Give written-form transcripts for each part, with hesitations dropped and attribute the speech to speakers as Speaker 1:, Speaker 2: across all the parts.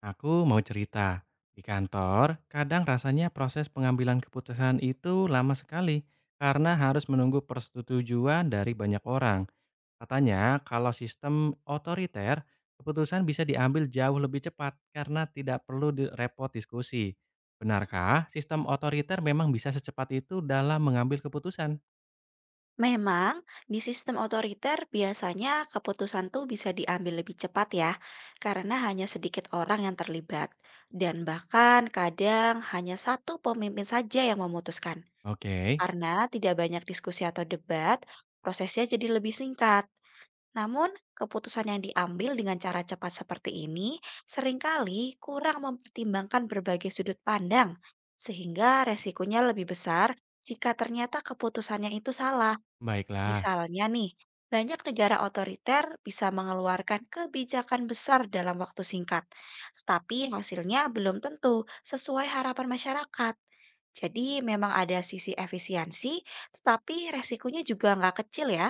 Speaker 1: Aku mau cerita, di kantor kadang rasanya proses pengambilan keputusan itu lama sekali karena harus menunggu persetujuan dari banyak orang. Katanya kalau sistem otoriter, keputusan bisa diambil jauh lebih cepat karena tidak perlu repot diskusi. Benarkah sistem otoriter memang bisa secepat itu dalam mengambil keputusan?
Speaker 2: Memang, di sistem otoriter biasanya keputusan tuh bisa diambil lebih cepat ya, karena hanya sedikit orang yang terlibat. Dan bahkan kadang hanya satu pemimpin saja yang memutuskan.
Speaker 1: Oke,
Speaker 2: Karena tidak banyak diskusi atau debat, prosesnya jadi lebih singkat. Namun, keputusan yang diambil dengan cara cepat seperti ini seringkali kurang mempertimbangkan berbagai sudut pandang, sehingga resikonya lebih besar jika ternyata keputusannya itu salah.
Speaker 1: baiklah.
Speaker 2: Misalnya nih, banyak negara otoriter bisa mengeluarkan kebijakan besar dalam waktu singkat, tetapi hasilnya belum tentu sesuai harapan masyarakat. Jadi memang ada sisi efisiensi, tetapi resikonya juga nggak kecil ya.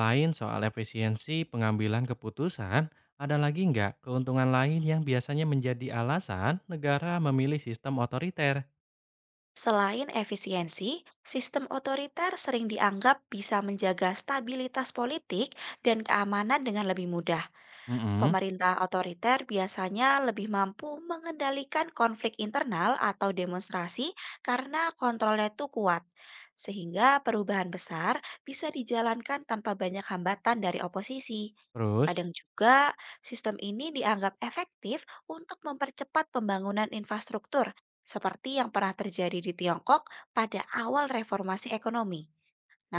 Speaker 1: Lain soal efisiensi pengambilan keputusan, ada lagi nggak keuntungan lain yang biasanya menjadi alasan negara memilih sistem otoriter?
Speaker 2: Selain efisiensi, sistem otoriter sering dianggap bisa menjaga stabilitas politik dan keamanan dengan lebih mudah.
Speaker 1: Mm-mm.
Speaker 2: Pemerintah otoriter biasanya lebih mampu mengendalikan konflik internal atau demonstrasi karena kontrolnya itu kuat, sehingga perubahan besar bisa dijalankan tanpa banyak hambatan dari oposisi.
Speaker 1: Terus,
Speaker 2: Kadang juga, sistem ini dianggap efektif untuk mempercepat pembangunan infrastruktur, seperti yang pernah terjadi di Tiongkok pada awal reformasi ekonomi.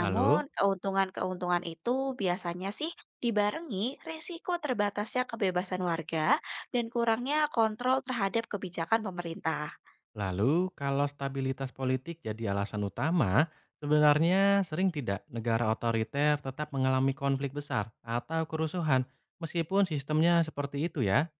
Speaker 1: lalu,
Speaker 2: keuntungan-keuntungan itu biasanya sih dibarengi resiko terbatasnya kebebasan warga dan kurangnya kontrol terhadap kebijakan pemerintah.
Speaker 1: lalu kalau stabilitas politik jadi alasan utama, sebenarnya sering tidak negara otoriter tetap mengalami konflik besar atau kerusuhan meskipun sistemnya seperti itu ya?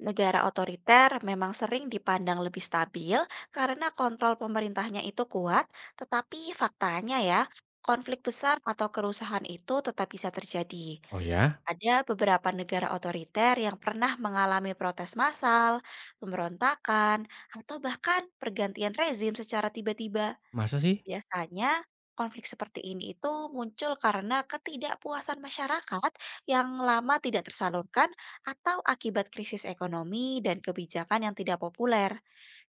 Speaker 2: Negara otoriter memang sering dipandang lebih stabil karena kontrol pemerintahnya itu kuat, tetapi faktanya ya, konflik besar atau kerusuhan itu tetap bisa terjadi.
Speaker 1: Oh ya,
Speaker 2: Ada beberapa negara otoriter yang pernah mengalami protes massal, pemberontakan, atau bahkan pergantian rezim secara tiba-tiba.
Speaker 1: masa sih?
Speaker 2: Biasanya konflik seperti ini itu muncul karena ketidakpuasan masyarakat yang lama tidak tersalurkan atau akibat krisis ekonomi dan kebijakan yang tidak populer.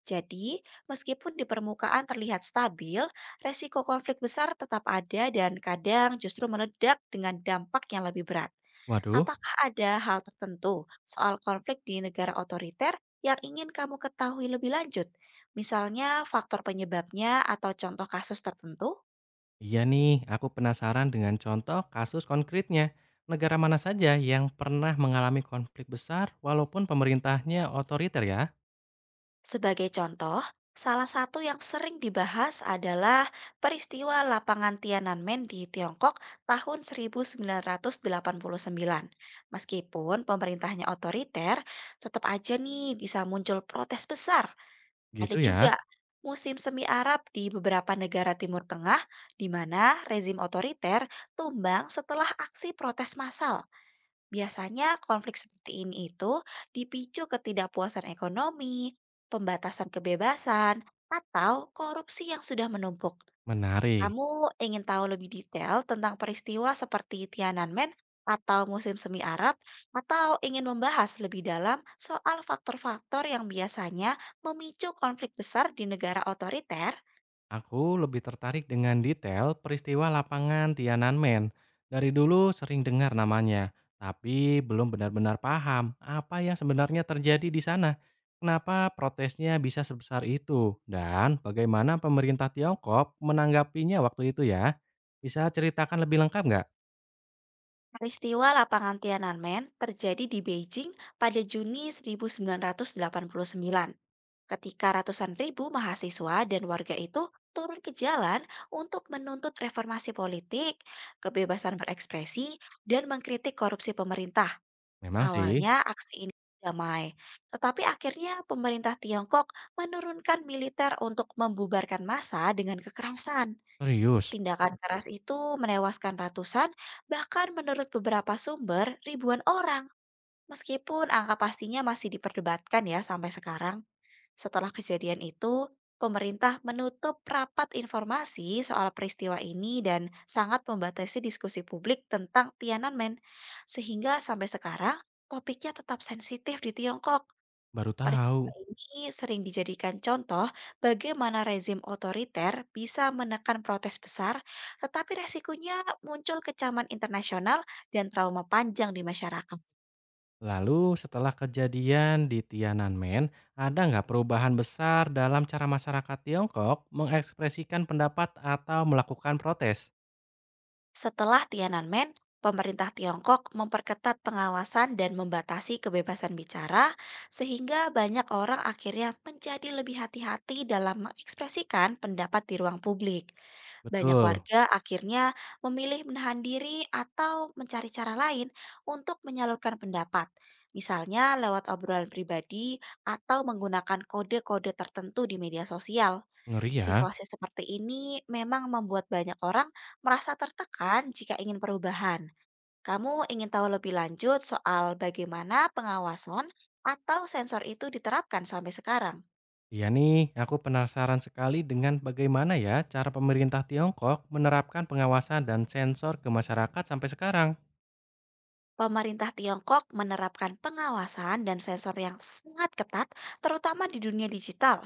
Speaker 2: Jadi, meskipun di permukaan terlihat stabil, resiko konflik besar tetap ada dan kadang justru meledak dengan dampak yang lebih berat.
Speaker 1: Waduh.
Speaker 2: Apakah ada hal tertentu soal konflik di negara otoriter yang ingin kamu ketahui lebih lanjut? Misalnya faktor penyebabnya atau contoh kasus tertentu?
Speaker 1: Iya nih, aku penasaran dengan contoh kasus konkretnya. Negara mana saja yang pernah mengalami konflik besar walaupun pemerintahnya otoriter ya?
Speaker 2: Sebagai contoh, salah satu yang sering dibahas adalah peristiwa lapangan Tiananmen di Tiongkok tahun 1989. Meskipun pemerintahnya otoriter, tetap aja nih bisa muncul protes besar. Ada
Speaker 1: Gitu ya,
Speaker 2: juga musim semi Arab di beberapa negara Timur Tengah di mana rezim otoriter tumbang setelah aksi protes massal. Biasanya konflik seperti ini itu dipicu ketidakpuasan ekonomi, pembatasan kebebasan, atau korupsi yang sudah menumpuk.
Speaker 1: menarik.
Speaker 2: Kamu ingin tahu lebih detail tentang peristiwa seperti Tiananmen atau musim semi Arab, atau ingin membahas lebih dalam soal faktor-faktor yang biasanya memicu konflik besar di negara otoriter?
Speaker 1: Aku lebih tertarik dengan detail peristiwa lapangan Tiananmen. Dari dulu sering dengar namanya, tapi belum benar-benar paham apa yang sebenarnya terjadi di sana. Kenapa protesnya bisa sebesar itu dan bagaimana pemerintah Tiongkok menanggapinya waktu itu ya? Bisa ceritakan lebih lengkap nggak?
Speaker 2: Peristiwa lapangan Tiananmen terjadi di Beijing pada Juni 1989 ketika ratusan ribu mahasiswa dan warga itu turun ke jalan untuk menuntut reformasi politik, kebebasan berekspresi, dan mengkritik korupsi pemerintah.
Speaker 1: Memang sih,
Speaker 2: Awalnya aksi ini damai, tetapi akhirnya pemerintah Tiongkok menurunkan militer untuk membubarkan massa dengan kekerasan.
Speaker 1: serius,
Speaker 2: Tindakan keras itu menewaskan ratusan, bahkan menurut beberapa sumber ribuan orang. Meskipun angka pastinya masih diperdebatkan ya sampai sekarang. Setelah kejadian itu, pemerintah menutup rapat informasi soal peristiwa ini dan sangat membatasi diskusi publik tentang Tiananmen. Sehingga sampai sekarang, topiknya tetap sensitif di Tiongkok.
Speaker 1: baru
Speaker 2: Peristiwa
Speaker 1: tahu.
Speaker 2: ini sering dijadikan contoh bagaimana rezim otoriter bisa menekan protes besar, tetapi resikonya muncul kecaman internasional dan trauma panjang di masyarakat.
Speaker 1: Lalu setelah kejadian di Tiananmen, ada nggak perubahan besar dalam cara masyarakat Tiongkok mengekspresikan pendapat atau melakukan protes?
Speaker 2: Setelah Tiananmen, pemerintah Tiongkok memperketat pengawasan dan membatasi kebebasan bicara, sehingga banyak orang akhirnya menjadi lebih hati-hati dalam mengekspresikan pendapat di ruang publik. Banyak
Speaker 1: Betul,
Speaker 2: warga akhirnya memilih menahan diri atau mencari cara lain untuk menyalurkan pendapat. Misalnya lewat obrolan pribadi atau menggunakan kode-kode tertentu di media sosial.
Speaker 1: ngeri ya.
Speaker 2: Situasi seperti ini memang membuat banyak orang merasa tertekan jika ingin perubahan. Kamu ingin tahu lebih lanjut soal bagaimana pengawasan atau sensor itu diterapkan sampai sekarang?
Speaker 1: Iya nih, aku penasaran sekali dengan bagaimana ya cara pemerintah Tiongkok menerapkan pengawasan dan sensor ke masyarakat sampai sekarang.
Speaker 2: Pemerintah Tiongkok menerapkan pengawasan dan sensor yang sangat ketat, terutama di dunia digital.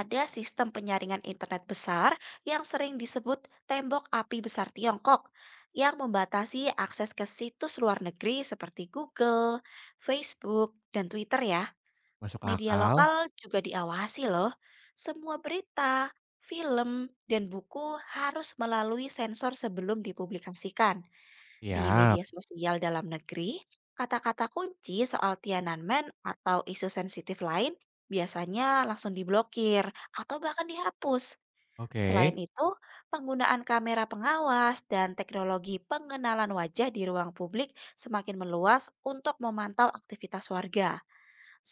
Speaker 2: Ada sistem penyaringan internet besar yang sering disebut tembok api besar Tiongkok yang membatasi akses ke situs luar negeri seperti Google, Facebook, dan Twitter ya.
Speaker 1: Masuk
Speaker 2: Media
Speaker 1: akal?
Speaker 2: lokal juga diawasi loh. Semua berita, film, dan buku harus melalui sensor sebelum dipublikasikan. Di
Speaker 1: Siap.
Speaker 2: media sosial dalam negeri, kata-kata kunci soal Tiananmen atau isu sensitif lain biasanya langsung diblokir atau bahkan dihapus. Selain
Speaker 1: Oke.
Speaker 2: itu, penggunaan kamera pengawas dan teknologi pengenalan wajah di ruang publik semakin meluas untuk memantau aktivitas warga.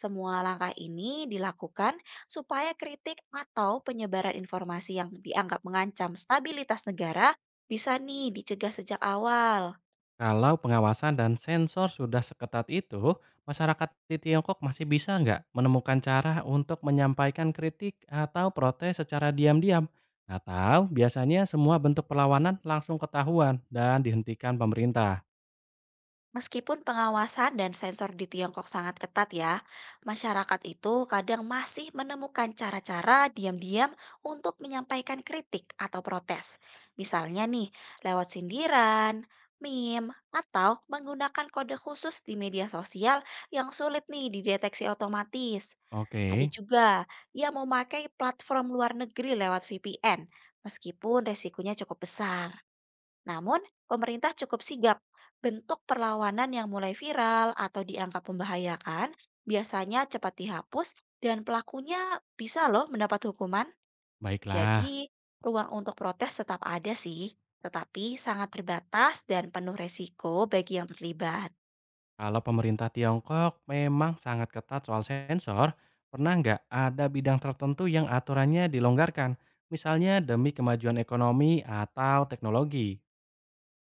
Speaker 2: Semua langkah ini dilakukan supaya kritik atau penyebaran informasi yang dianggap mengancam stabilitas negara bisa nih dicegah sejak awal.
Speaker 1: Kalau pengawasan dan sensor sudah seketat itu, masyarakat di Tiongkok masih bisa nggak menemukan cara untuk menyampaikan kritik atau protes secara diam-diam? Atau biasanya semua bentuk perlawanan langsung ketahuan dan dihentikan pemerintah?
Speaker 2: Meskipun pengawasan dan sensor di Tiongkok sangat ketat ya, masyarakat itu kadang masih menemukan cara-cara diam-diam untuk menyampaikan kritik atau protes. Misalnya nih, lewat sindiran, meme, atau menggunakan kode khusus di media sosial yang sulit nih dideteksi otomatis. Ada
Speaker 1: Oke,
Speaker 2: juga yang memakai platform luar negeri lewat VPN, meskipun resikonya cukup besar. Namun, pemerintah cukup sigap. Bentuk perlawanan yang mulai viral atau dianggap membahayakan biasanya cepat dihapus dan pelakunya bisa loh mendapat hukuman.
Speaker 1: baiklah.
Speaker 2: Jadi, ruang untuk protes tetap ada sih, tetapi sangat terbatas dan penuh resiko bagi yang terlibat.
Speaker 1: Kalau pemerintah Tiongkok memang sangat ketat soal sensor, pernah nggak ada bidang tertentu yang aturannya dilonggarkan? Misalnya demi kemajuan ekonomi atau teknologi?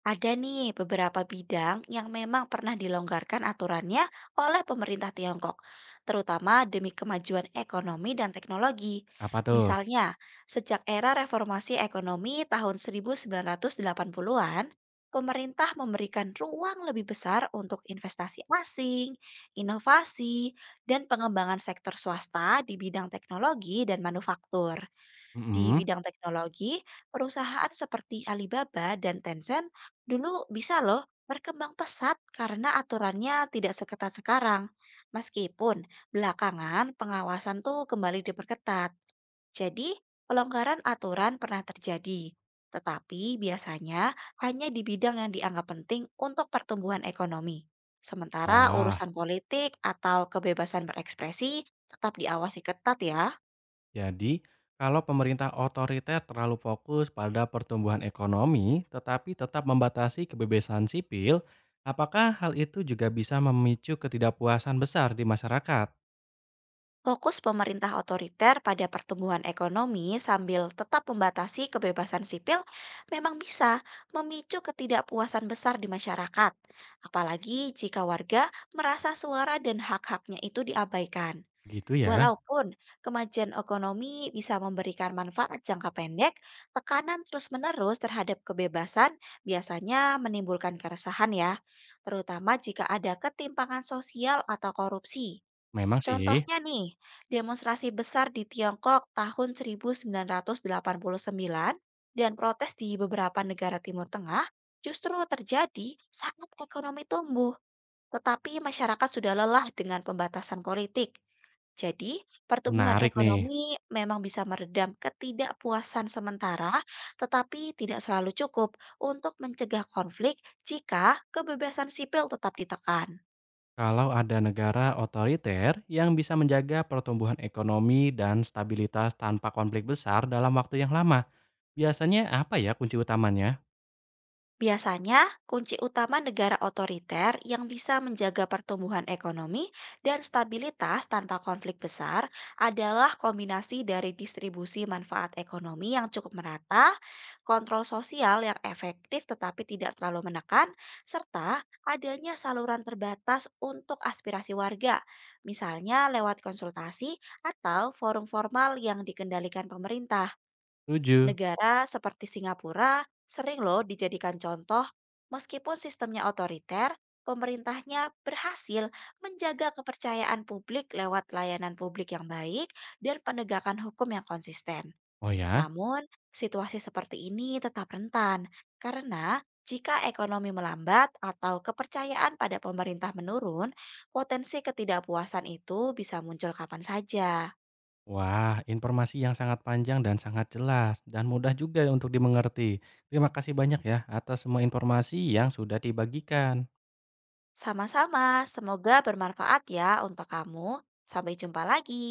Speaker 2: Ada nih beberapa bidang yang memang pernah dilonggarkan aturannya oleh pemerintah Tiongkok, terutama demi kemajuan ekonomi dan teknologi.
Speaker 1: Apa tuh?
Speaker 2: Misalnya, sejak era reformasi ekonomi tahun 1980-an, pemerintah memberikan ruang lebih besar untuk investasi asing, inovasi, dan pengembangan sektor swasta di bidang teknologi dan manufaktur. Di
Speaker 1: Mm-mm.
Speaker 2: bidang teknologi, perusahaan seperti Alibaba dan Tencent dulu bisa loh berkembang pesat karena aturannya tidak seketat sekarang. Meskipun belakangan pengawasan tuh kembali diperketat. Jadi, pelonggaran aturan pernah terjadi. Tetapi biasanya hanya di bidang yang dianggap penting untuk pertumbuhan ekonomi. Sementara
Speaker 1: Wah,
Speaker 2: urusan politik atau kebebasan berekspresi tetap diawasi ketat ya.
Speaker 1: jadi kalau pemerintah otoriter terlalu fokus pada pertumbuhan ekonomi tetapi tetap membatasi kebebasan sipil, apakah hal itu juga bisa memicu ketidakpuasan besar di masyarakat?
Speaker 2: Fokus pemerintah otoriter pada pertumbuhan ekonomi sambil tetap membatasi kebebasan sipil memang bisa memicu ketidakpuasan besar di masyarakat, apalagi jika warga merasa suara dan hak-haknya itu diabaikan.
Speaker 1: Gitu ya.
Speaker 2: Walaupun kemajuan ekonomi bisa memberikan manfaat jangka pendek, tekanan terus-menerus terhadap kebebasan biasanya menimbulkan keresahan ya, terutama jika ada ketimpangan sosial atau korupsi.
Speaker 1: Memang sih,
Speaker 2: Contohnya nih, demonstrasi besar di Tiongkok tahun 1989 dan protes di beberapa negara Timur Tengah justru terjadi saat ekonomi tumbuh, tetapi masyarakat sudah lelah dengan pembatasan politik. Jadi, pertumbuhan
Speaker 1: menarik nih.
Speaker 2: ekonomi memang bisa meredam ketidakpuasan sementara, tetapi tidak selalu cukup untuk mencegah konflik jika kebebasan sipil tetap ditekan.
Speaker 1: Kalau ada negara otoriter yang bisa menjaga pertumbuhan ekonomi dan stabilitas tanpa konflik besar dalam waktu yang lama, biasanya apa ya kunci utamanya?
Speaker 2: Biasanya, kunci utama negara otoriter yang bisa menjaga pertumbuhan ekonomi dan stabilitas tanpa konflik besar adalah kombinasi dari distribusi manfaat ekonomi yang cukup merata, kontrol sosial yang efektif tetapi tidak terlalu menekan, serta adanya saluran terbatas untuk aspirasi warga, misalnya lewat konsultasi atau forum formal yang dikendalikan pemerintah.
Speaker 1: Tujuh.
Speaker 2: Negara seperti Singapura sering loh dijadikan contoh, meskipun sistemnya otoriter, pemerintahnya berhasil menjaga kepercayaan publik lewat layanan publik yang baik dan penegakan hukum yang konsisten.
Speaker 1: Oh ya?
Speaker 2: Namun, situasi seperti ini tetap rentan karena jika ekonomi melambat atau kepercayaan pada pemerintah menurun, potensi ketidakpuasan itu bisa muncul kapan saja.
Speaker 1: Wah, informasi yang sangat panjang dan sangat jelas dan mudah juga untuk dimengerti. Terima kasih banyak ya atas semua informasi yang sudah dibagikan.
Speaker 2: Sama-sama, semoga bermanfaat ya untuk kamu. Sampai jumpa lagi.